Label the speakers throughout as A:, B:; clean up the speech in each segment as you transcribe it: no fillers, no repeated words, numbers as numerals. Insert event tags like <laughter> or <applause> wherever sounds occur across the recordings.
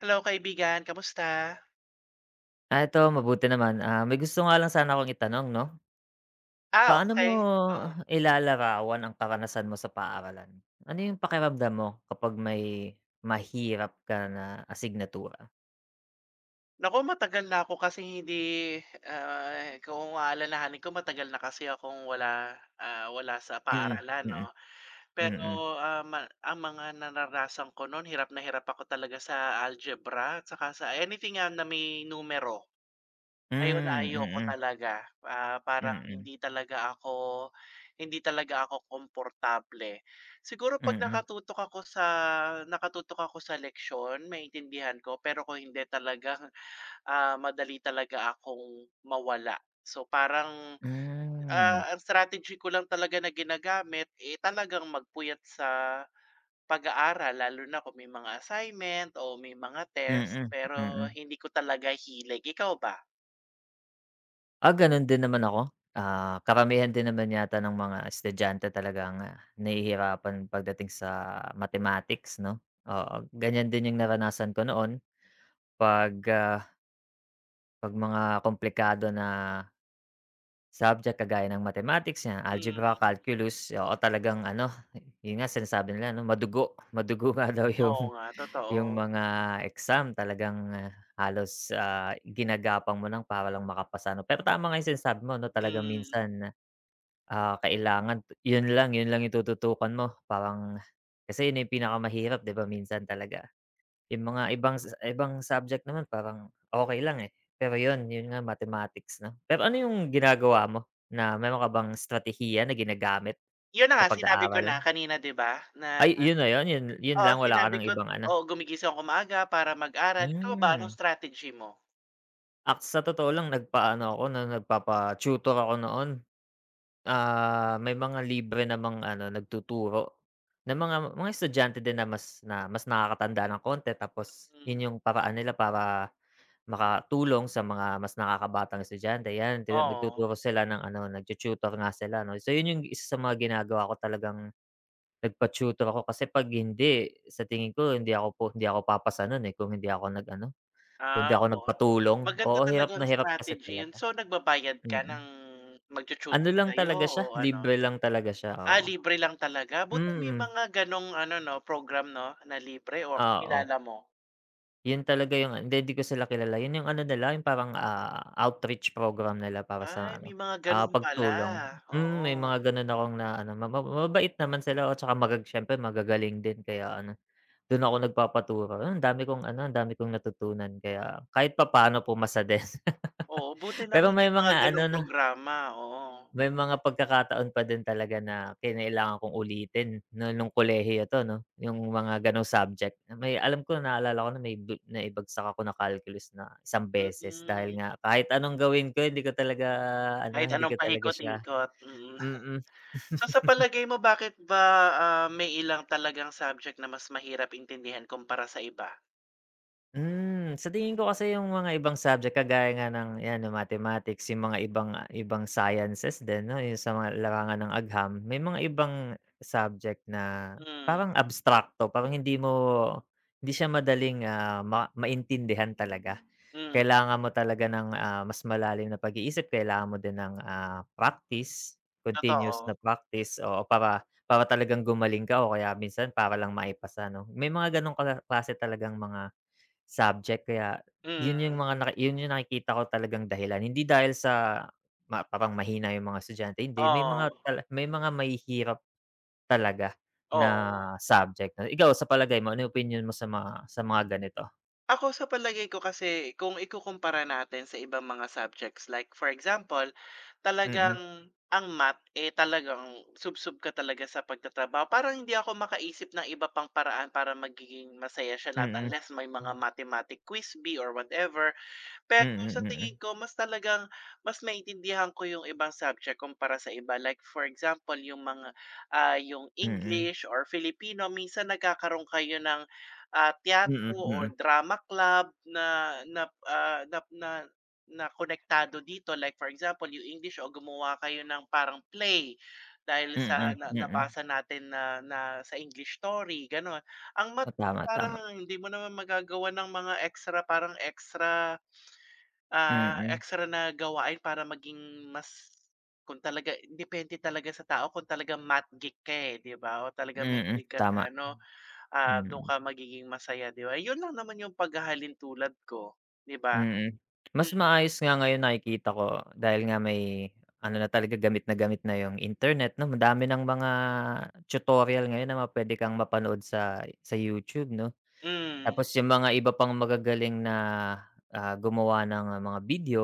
A: Hello kaibigan, kamusta?
B: Ah, ito mabuti naman. Ah, may gusto nga lang sana akong itanong 'no.
A: Ah,
B: Paano mo
A: okay oo.
B: ilalarawan ang karanasan mo sa paaralan? Ano yung pakiramdam mo kapag may mahirap ka na asignatura?
A: Naku matagal na ako kasi hindi, kung aalalahanin ko matagal na kasi akong wala, wala sa
B: Mm,
A: paaralan
B: mm.
A: 'no. Pero,
B: Mm.
A: ah, ma ang mga naranasan ko no'n hirap na hirap ako talaga sa algebra at saka sa anything, na may numero. Ayun,
B: Hmm,
A: ayoko
B: mm,
A: talaga. Ah,
B: mm,
A: parang
B: mm.
A: hindi talaga ako komportable. Siguro 'pag nakatutok ako sa leksiyon, maintindihan ko, pero kung hindi talaga, <laughs> madali talaga akong mawala. So, parang,
B: Hmm,
A: ang strategy ko lang talaga na ginagamit, eh, talagang magpuyat sa pag-aaral lalo na kung may mga assignment o may mga test,
B: mm,
A: pero
B: mm.
A: hindi ko talaga hilig. Ikaw ba?
B: Ah, gano'n din naman ako. Ah, karamihan din naman yata ng mga estudyante talagang nahihirapan pagdating sa mathematics 'no. Oo, ganyan din yung naranasan ko noon. 'Pag, ah, 'pag mga komplikado na subject kagaya ng mathematics, yan,
A: Mm.
B: algebra, calculus, oo, talagang ano, yun nga sinasabi nila 'no, madugo, <laughs> madugo nga daw yung
A: Oo nga,
B: yung
A: totoo.
B: mga exam talagang, halos, ginagapang mo lang para lang makapasa 'no. Pero tama nga yung sinasabi mo 'no, talagang
A: Mm.
B: minsan, kailangan yun lang yung tututukan mo parang kasi yun na yung pinakamahirap 'di ba minsan talaga. Yung mga ibang sa ibang subject naman parang okey lang, eh. Pero yun, yun nga mathematics 'no. Pero ano yung ginagawa mo na meron ka bang estratehiya na ginagamit
A: 'Yun na
B: sa
A: nga sinabi ko
B: pag-aaral?
A: na kanina 'di ba, na
B: Ay, yun na yun, yun
A: oo
B: lang wala ka
A: sinabi
B: ng
A: ko
B: ibang ano.
A: oo gumigising ako maaga para mag-aral. Ikaw ba anong
B: Hmm.
A: strategy mo?
B: Sa totoo lang nagpaano ako na nagpapa-tutor ako noon. Ah, may mga libre namang ano nagtuturo na mga estudyante din na mas nakakatanda ng konti tapos
A: Hmm,
B: yun yung paraan nila para makatulong sa mga mas nakakabatang estudyante, 'yan
A: oo.
B: nagtuturo sila ng ano, nagtu-tutor nga sila 'no. So, 'yun yung isa sa mga ginagawa ko talagang nagpa-tutor ako kasi 'pag hindi, sa tingin ko hindi ako po hindi ako papasa nun, eh, kung hindi ako nag-ano, kung hindi
A: Ah,
B: ako
A: oo.
B: nagpatulong.
A: Maganda
B: Oo, hirap
A: talaga
B: na
A: ang
B: hirap kasi
A: strategy 'yun.
B: talaga,
A: So nagbabayad ka
B: mm.
A: ng
B: Ano
A: magtu-tutor
B: lang
A: sa'yo
B: talaga
A: o
B: siya,
A: ano?
B: libre lang talaga siya,
A: Ah,
B: oo.
A: libre lang talaga? Buti may
B: Mm,
A: mga gano'ng ano 'no, program 'no, na libre o
B: oo.
A: kakilala mo?
B: Yun talaga yung hindi, hindi ko sila kilala. Yun yung ano nila, yung parang, outreach program nila para
A: Ay
B: sa
A: may
B: ano,
A: mga gano'n pala,
B: pagtulong. Mm, may
A: oo.
B: mga gano'n akong na ano, ma ma mabait naman sila at saka siyempre magagaling din kaya ano, dun ako nagpapaturo. Ah, ang dami kong ano, ang dami kong natutunan kaya kahit papaano pumasa din.
A: Oo, buti
B: <laughs> Pero
A: naman may
B: may
A: mga
B: mga ano
A: gano'ng
B: na
A: programa, oo.
B: may mga pagkakataon pa din talaga na kinailangan kong ulitin na nung kolehiyo 'to 'no, yung mga gano'ng subject. May alam ko naalala ko na may naibagsak ako na calculus na isang beses dahil
A: Mm,
B: nga kahit anong gawin ko hindi ko talaga
A: kahit
B: ano, hindi ko
A: anong
B: talaga siya.
A: paikot-ikot, mm.
B: Mm.
A: So sa palagay mo bakit ba, may ilang talagang subject na mas mahirap intindihan kumpara sa iba?
B: Hmm, sa tingin ko kasi yung mga ibang subject kagaya nga ng 'yan, ng mathematics, yung mga ibang ibang sciences din 'no, yung sa mga larangan ng agham, may mga ibang subject na
A: Hmm,
B: parang abstrakto, parang hindi mo hindi siya madaling, maintindihan talaga.
A: hmm,
B: Kailangan mo talaga ng, mas malalim na pag-iisip, kailangan mo din ng, practice, continuous na
A: totoo.
B: practice, o para para talagang gumaling ka o kaya minsan para lang maipasa 'no. May mga gano'ng klase talagang mga subject kaya
A: Mm,
B: yun yung nakikita ko talagang dahilan. Hindi dahil sa parang mahina yung mga estudyante, hindi.
A: oo,
B: May mga mahihirap talaga na
A: oo.
B: subject. Ikaw sa palagay mo, ano yung opinyon mo sa mga ganito?
A: Ako sa palagay ko kasi kung ikukumpara natin sa ibang mga subjects like for example,
B: Mm,
A: talagang
B: mm.
A: ang math, eh, talagang sub ka talaga sa pagtatrabaho. Parang hindi ako makaisip ng iba pang paraan para magiging masaya siya lahat
B: Mm,
A: unless may mga mathematic quiz bee or whatever. Pero
B: mm,
A: sa tingin
B: mm.
A: ko mas talagang mas maintindihan ko yung ibang subject kumpara sa iba. Like for example, yung
B: Mm,
A: English or Filipino minsan nagkakaroon kayo ng,
B: mm,
A: teatro or
B: mm.
A: drama club na na, ah, nap na na konektado dito. Like for example, yung English o gumawa kayo ng parang play dahil sa
B: Mm,
A: na
B: mm.
A: nabasa natin na na sa English story, gano'n. Ang
B: Oo,
A: mat
B: tama, tama.
A: Parang hindi mo naman magagawa ng mga extra,
B: Mm,
A: extra na gawain para maging mas kung talaga depende talaga sa tao kung talagang math geek ka, eh, 'di ba? O talaga
B: mm.
A: mahilig ka sa
B: Tama.
A: ano, dun
B: Mm.
A: ka magiging masaya, 'di ba? Yun lang naman yung paghahalin tulad ko, 'di ba?
B: Mm. Mas
A: Mm,
B: maayos nga ngayon nakikita ko dahil nga may ano na talaga gamit na yung internet 'no, madami ng mga tutorial ngayon na puwede kang mapanood sa YouTube 'no.
A: hmm,
B: Tapos yung mga iba pang magagaling na, gumawa ng mga video,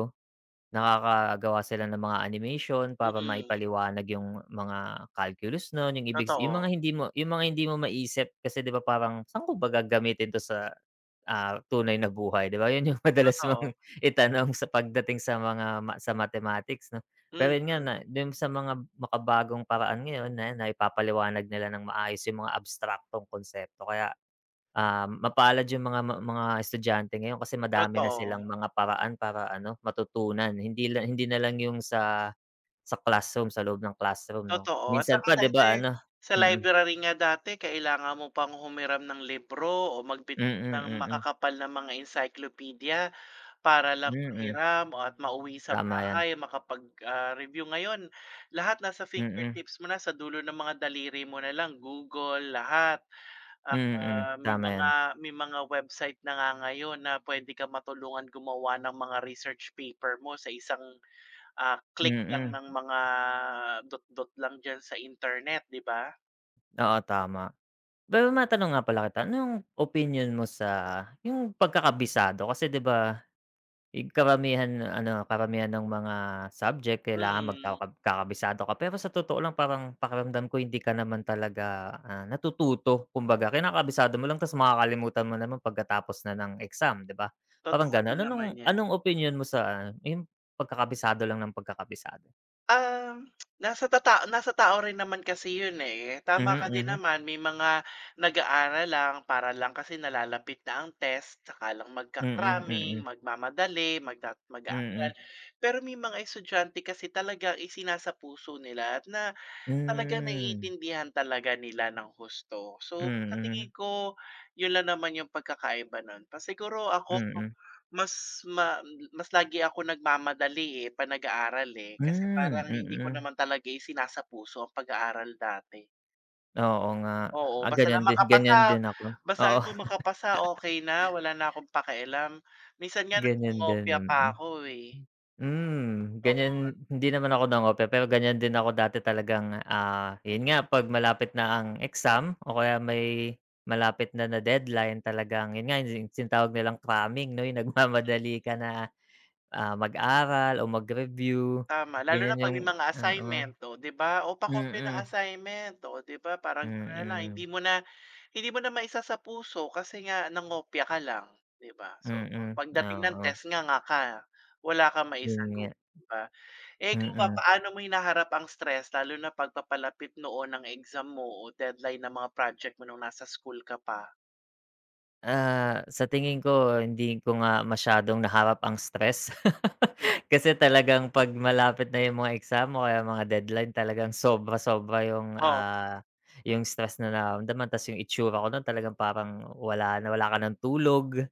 B: nakakagawa sila ng mga animation para
A: mm.
B: maipaliwanag yung mga calculus nun, yung ibig s yung mga
A: Totoo,
B: hindi mo yung mga hindi mo maiisip kasi 'di ba parang, "Saan ko ba gagamitin 'to sa" tunay na buhay, 'di ba? 'Yun yung madalas mong
A: totoo.
B: <laughs> itanong sa pagdating sa mga sa mathematics 'no. Pero
A: Hmm,
B: 'yun nga na dun sa mga makabagong paraan ngayon na naipapaliwanag nila ng maayos yung mga abstraktong konsepto kaya, mapalad yung mga mga estudyante ngayon kasi madami na silang
A: totoo,
B: mga paraan para ano, matutunan. Hindi la hindi na lang yung sa classroom, sa loob ng classroom 'no.
A: totoo. At
B: Minsan
A: saka
B: pa 'di ba
A: dati
B: ano.
A: sa
B: Mm,
A: library nga dati kailangan mo pang humiram ng libro o magbit
B: mm,
A: ng
B: mm, mm,
A: makakapal na mga encyclopedia. Para
B: mm
A: lang
B: mm.
A: mahiram at mauwi sa
B: Tama 'yan.
A: bahay makapag, review. Ngayon, lahat nasa
B: Mm,
A: fingertips mo na, sa dulo ng mga daliri mo na lang, Google, lahat.
B: mm, mm,
A: Ah, may
B: tama
A: mga
B: 'yan.
A: may mga website na nga ngayon na puwede kang matulungan gumawa ng mga research paper mo sa isang, click lang
B: Mm,
A: ng mga dot-dot lang diyan sa internet, 'di ba?
B: oo, tama. Pero matanong nga pala kita, anong opinyon mo sa yung pagkakabisado? Kasi 'di ba, yung karamihan ano, karamihan ng mga subject kailangan
A: Mm,
B: kakabisado ka. Pero sa totoo lang parang pakiramdam ko hindi ka naman talaga, natututo kumbaga. Kinakabisado mo lang tapos makakalimutan mo naman pagkatapos na ng exam, 'di ba? Parang
A: totoo din
B: gano'n.
A: naman
B: Anong
A: 'yan.
B: anong opinion mo sa yung pagkakabisado lang ng pagkakabisado?
A: Um, Nasa tao rin naman kasi yun, eh. Tama
B: Mhm,
A: ka din
B: mhm.
A: naman may mga nag-aaral lang para lang kasi nalalapit na ang test saka lang
B: Mm, mm,
A: magka-cramming,
B: mm.
A: magmamadali, mag-aaral.
B: Mm.
A: Pero may mga estudyante kasi talagang isinasapuso nila at na talagang
B: Hmm.
A: naiintindihan talaga nila ng husto. So, sa tingin
B: Mm,
A: ko, yun lang naman yung pagkakaiba nun. Siguro ako,
B: mm.
A: mas ma mas lagi ako nagmamadali, eh, 'pag nag-aaral, eh. Kasi
B: Hmm,
A: parang hindi ko
B: mm.
A: naman talaga isinasapuso ang pag-aaral dati.
B: Oo nga.
A: Oo,
B: Ah, ganyan din ganyan din ako.
A: basta
B: Oo,
A: ako
B: <laughs>
A: makapasa okay na, wala na akong pakialam. Minsan nga
B: ganyan din,
A: nangongopya pa
B: mm.
A: ako, eh.
B: Hmm,
A: Oo.
B: ganyan hindi naman ako nangope, pero ganyan din ako dati talagang, yun nga 'pag malapit na ang exam o kaya may malapit na na deadline talagang yun nga yung tinatawag nilang cramming 'no, yung nagmamadali ka na, mag-aral o mag-review,
A: Tama, lalo na
B: ganyan
A: 'pag
B: yung.
A: may mga
B: Oo,
A: assignment, oh, 'di ba? "O,
B: mm,
A: pa-kopya ng
B: mm,
A: assignment." Oh, 'di ba, parang gano'n na lang
B: mm,
A: hindi mo na maisa sa puso kasi nga nangopya ka lang, 'di ba? So,
B: mm, mm,
A: pagdating ng
B: oo,
A: test nganga ka, wala kang
B: yun nga.
A: maisagot, 'di ba? Eh, ikaw ba,
B: Mm.
A: paano mo hinaharap ang stress lalo na pagpapalapit papalapit noon ng exam mo o deadline ng mga project mo nung nasa school ka pa?
B: Ah, sa tingin ko hindi ko nga masyadong naharap ang stress. <laughs>
A: Hmm,
B: Kasi talagang 'pag malapit na yung mga exam o kaya mga deadline talagang sobra-sobra yung,
A: oo,
B: ah, yung stress na nararamdaman ta's yung itsura ko nun talagang parang wala na, wala ka ng tulog,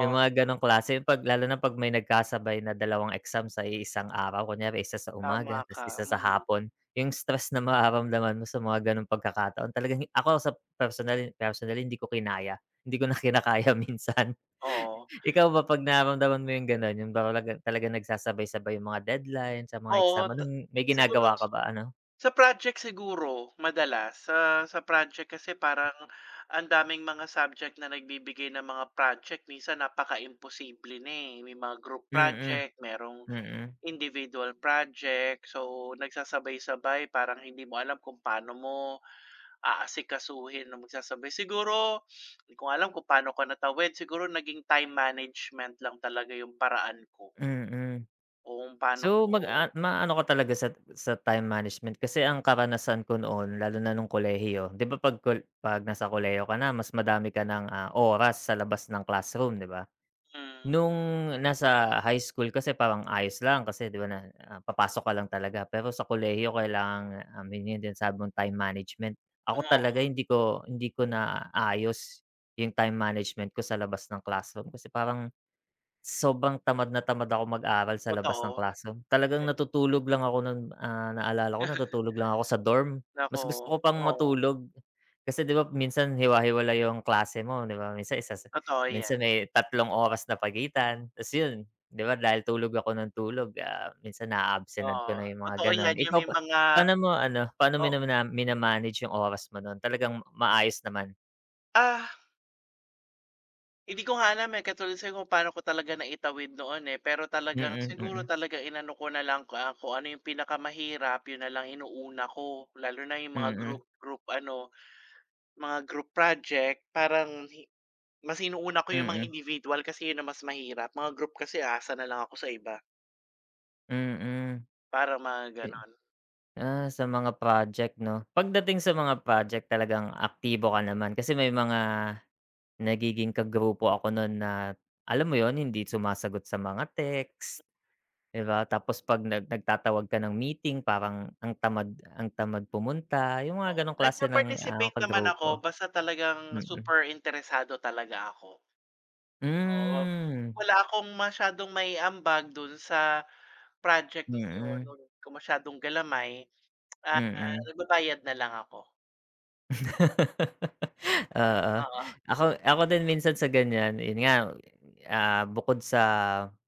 B: yung mga gano'ng klase. 'Pag lalo na 'pag may nagkasabay na dalawang exam sa iisang araw, kunyari isa sa
A: tama
B: umaga ta's
A: ka,
B: isa sa
A: mm,
B: hapon, yung stress na mararamdaman mo sa mga gano'ng pagkakataon talagang ako sa personally hindi ko kinaya. Hindi ko na kinakaya minsan.
A: oo.
B: <laughs> Ikaw ba 'pag nararamdaman mo yung gano'n, yung talagang nagsasabay-sabay yung mga deadline sa mga
A: Oo,
B: exam, anong may
A: siguro.
B: ginagawa ka ba ano?
A: Sa project siguro madalas, sa project kasi parang ang daming mga subject na nagbibigay ng mga project minsan napakaimposible na, eh. May mga group
B: Mm,
A: project, merong
B: mm,
A: individual project, so nagsasabay-sabay parang hindi mo alam kung paano mo aasikasuhin na magsasabay. Siguro hindi ko alam kung paano ko natawid, siguro naging time management lang talaga yung paraan ko.
B: mm.
A: O kung paano
B: So
A: ko
B: mag a maano ka talaga sa time management kasi ang karanasan ko noon lalo na nung kolehiyo, 'di ba 'pag nasa kolehiyo ka na mas madami ka ng, oras sa labas ng classroom, 'di ba?
A: hmm,
B: Nung nasa high school kasi parang ayos lang kasi 'di ba na, papasok ka lang talaga pero sa kolehiyo kailangan, yun yung sabi mong time management. Ako
A: oo,
B: talaga hindi ko na ayos yung time management ko sa labas ng classroom kasi parang sobrang tamad na tamad ako mag-aral sa labas ng
A: totoo.
B: classroom. Talagang natutulog lang ako nun, naalala ko
A: <laughs>
B: natutulog lang ako sa dorm.
A: Naku,
B: Mas gusto ko pang
A: oo,
B: matulog. Kasi 'di ba minsan hiwa-hiwalay yung klase mo 'di ba? Minsan isa sa
A: totoo 'yan.
B: minsan may tatlong oras na pagitan, ta's yun 'di ba dahil tulog ako ng tulog, minsan naa-absenan ko
A: Oo,
B: na yung mga
A: totoo
B: gano'n.
A: 'yan, yung
B: Ikaw
A: may
B: pa
A: mga
B: paano mo ano, paano mo
A: oh
B: mina-manage yung oras mo nun? Talagang maayos naman?
A: ah, hindi ko nga alam, eh, katulad sa'yo kung paano ko talaga naitawid noon, eh, pero talagang
B: Mm,
A: siguro
B: mm,
A: talaga inano ko na lang kung ano yung pinakamahirap, yun na lang inuuna ko. Lalo na yung mga
B: mm,
A: group group ano, mga group project parang mas inuuna ko yung mga
B: mm,
A: individual kasi yun ang mas mahirap. Mga group kasi asa na lang ako sa iba,
B: mm, mm.
A: parang mga gano'n.
B: Ah, sa mga project 'no. Pagdating sa mga project talagang aktibo ka naman kasi may mga nagiging kagrupo ako noon na alam mo yon hindi sumasagot sa mga text, 'di ba? Tapos 'pag nagtatawag ka ng meeting parang ang tamad pumunta, yung mga
A: Oo,
B: ganong klase ng,
A: nagpa-participate naman ako
B: kagrupo.
A: basta talagang
B: Mm.
A: super interesado talaga ako. Oo,
B: Hmm,
A: wala akong masyadong maiambag dun sa project na yun,
B: mm,
A: wala ko masyadong galamay, ah,
B: mm.
A: nagbabayad na lang ako.
B: <laughs> Oo.
A: Oo,
B: Ako ako din minsan sa ganyan, yun nga, bukod sa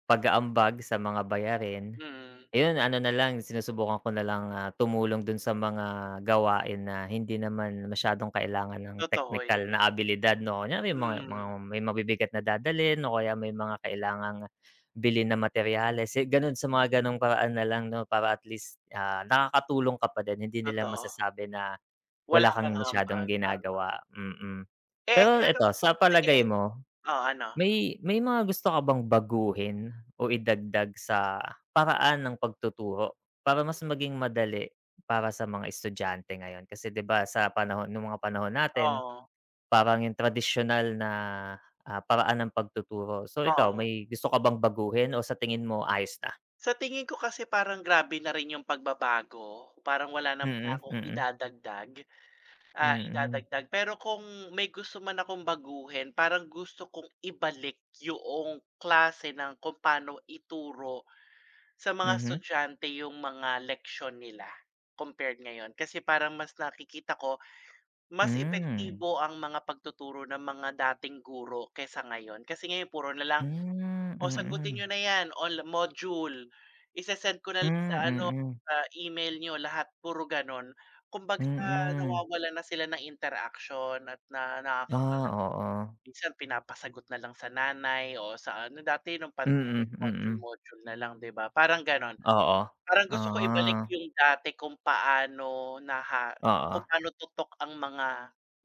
B: pag-aambag sa mga bayarin.
A: mm,
B: Ayun ano na lang sinusubukan ko na lang, tumulong dun sa mga gawain na hindi naman masyadong kailangan ng
A: totoo
B: technical
A: yan.
B: na abilidad 'no. Kunyari yung mga
A: Mm,
B: may mabibigat na dadalhin o kaya may mga kailangang bilhin na materyales, eh, ganun sa mga ganong paraan na lang 'no para at least, nakakatulong ka pa din hindi nila
A: totoo.
B: masasabi na wala
A: Wala
B: kang
A: kang
B: masyadong
A: ambag, tama.
B: ginagawa, mm.
A: Eh,
B: Pero
A: ano
B: eto, sa
A: sige,
B: palagay mo
A: oo, ano?
B: may mga gusto ka bang baguhin o idagdag sa paraan ng pagtuturo para mas maging madali para sa mga estudyante ngayon? Kasi 'di ba sa panahon nung mga panahon natin
A: Oo,
B: parang yung tradisyonal na, paraan ng pagtuturo. So ikaw
A: oo.
B: may gusto ka bang baguhin o sa tingin mo ayos na?
A: Sa tingin ko kasi parang grabe na rin yung pagbabago, parang wala naman na
B: Mm,
A: akong
B: mm,
A: idadagdag. Ah,
B: mm,
A: idadagdag. Pero kung may gusto man akong baguhin, parang gusto kong ibalik yung klase ng kung paano ituro sa mga
B: mhm,
A: estudyante yung mga leksyon nila compared ngayon. Kasi parang mas nakikita ko, mas
B: hmm.
A: epektibo ang mga pagtuturo ng mga dating guro kaysa ngayon. Kasi ngayon puro na lang
B: Hmm,
A: o sagutin
B: mm.
A: niyo na 'yan module, isesend ko na
B: Hmm,
A: lang sa ano,
B: mm, mm.
A: sa email niyo lahat, puro gano'n. Kumbaga
B: Mm.
A: nawawala na sila ng interaction at na
B: Ah,
A: nakakawala
B: oo.
A: minsan pinapasagot na lang sa nanay o sa ano dati nung
B: Mm,
A: pandemic
B: mm.
A: module-module na lang 'di ba, parang gano'n.
B: Oo,
A: Parang gusto ko ibalik
B: ah,
A: yung dati kung paano kung
B: oo,
A: paano tutok ang mga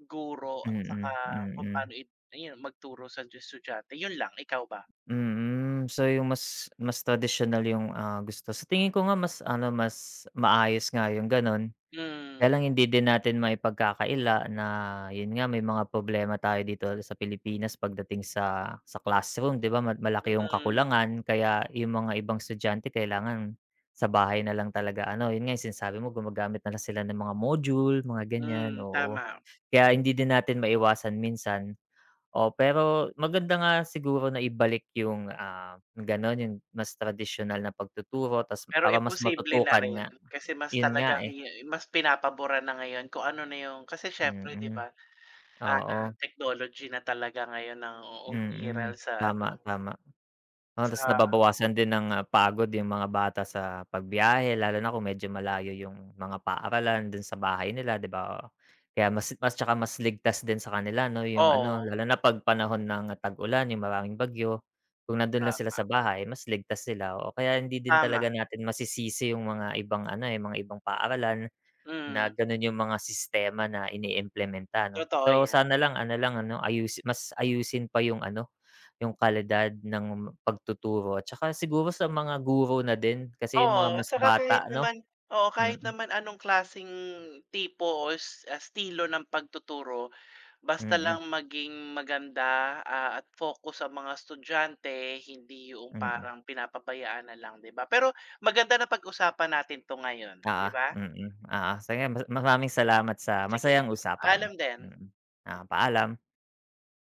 A: guro at saka
B: mm,
A: kung paano
B: mm,
A: ayun magturo sa estudyante, yun lang, ikaw ba?
B: mm. So, yung mas mas tradisyonal yung, gusto. Sa tingin ko nga mas ano, mas maayos nga yung gano'n. Kaya
A: Hmm.
B: lang hindi din natin maipagkakaila na yun nga, may mga problema tayo dito sa Pilipinas pagdating sa classroom, 'di ba, malaki yung
A: Mm,
B: kakulangan. Kaya yung mga ibang estudyante kailangan sa bahay na lang talaga ano, yun nga yung sinasabi mo gumagamit na lang sila ng mga module, mga ganyan,
A: hmm,
B: oo.
A: tama.
B: Kaya hindi din natin maiwasan minsan. O pero maganda nga siguro na ibalik yung, gano'n, yung mas tradisyonal na pagtuturo ta's
A: Pero
B: para mas
A: imposible na
B: matutukan
A: rin
B: nga.
A: kasi mas
B: Yun nga,
A: talagang
B: eh.
A: mas pinapaboran na ngayon kung ano na yung kasi siyempre 'di
B: Mm,
A: ba,
B: oo.
A: technology na talaga ngayon ang
B: Mm,
A: umiiral sa ano,
B: tama, tama. Oo, tas
A: sa
B: nababawasan din ng, pagod yung mga bata sa pagbiyahe lalo na kung medyo malayo yung mga paaralan dun sa bahay nila, 'di ba? Kaya mas mas tsaka mas ligtas din sa kanila 'no, yung ano,
A: oh
B: lalo na 'pag panahon ng tag-ulan, yung maraming bagyo, kung nandun lang sila sa
A: tama,
B: bahay mas ligtas sila, oo. Kaya hindi din
A: tama,
B: talaga natin masisisi yung mga ibang ano, eh, mga ibang paaralan na
A: mm,
B: gano'n yung mga sistema na iniimplementa 'no.
A: totoo
B: So,
A: 'yan.
B: sana lang ano, mas ayusin pa yung ano, yung kalidad ng pagtuturo at saka siguro sa mga guro na din kasi yung
A: Oo,
B: mga
A: at
B: mas
A: saka
B: bata
A: kahit
B: 'no?
A: naman oo, kahit
B: Mm,
A: naman anong klaseng tipo o estilo ng pagtuturo. Basta
B: mm,
A: lang maging maganda, at focus sa mga estudyante, hindi yung
B: mm.
A: parang pinapabayaan na lang, 'di ba? Pero maganda pag usapan natin 'to ngayon, 'di
B: Oo,
A: ba?
B: mm, oo. Sige maraming salamat sa
A: Sige,
B: masayang usapan.
A: alam din.
B: Mm. Ah, paalam.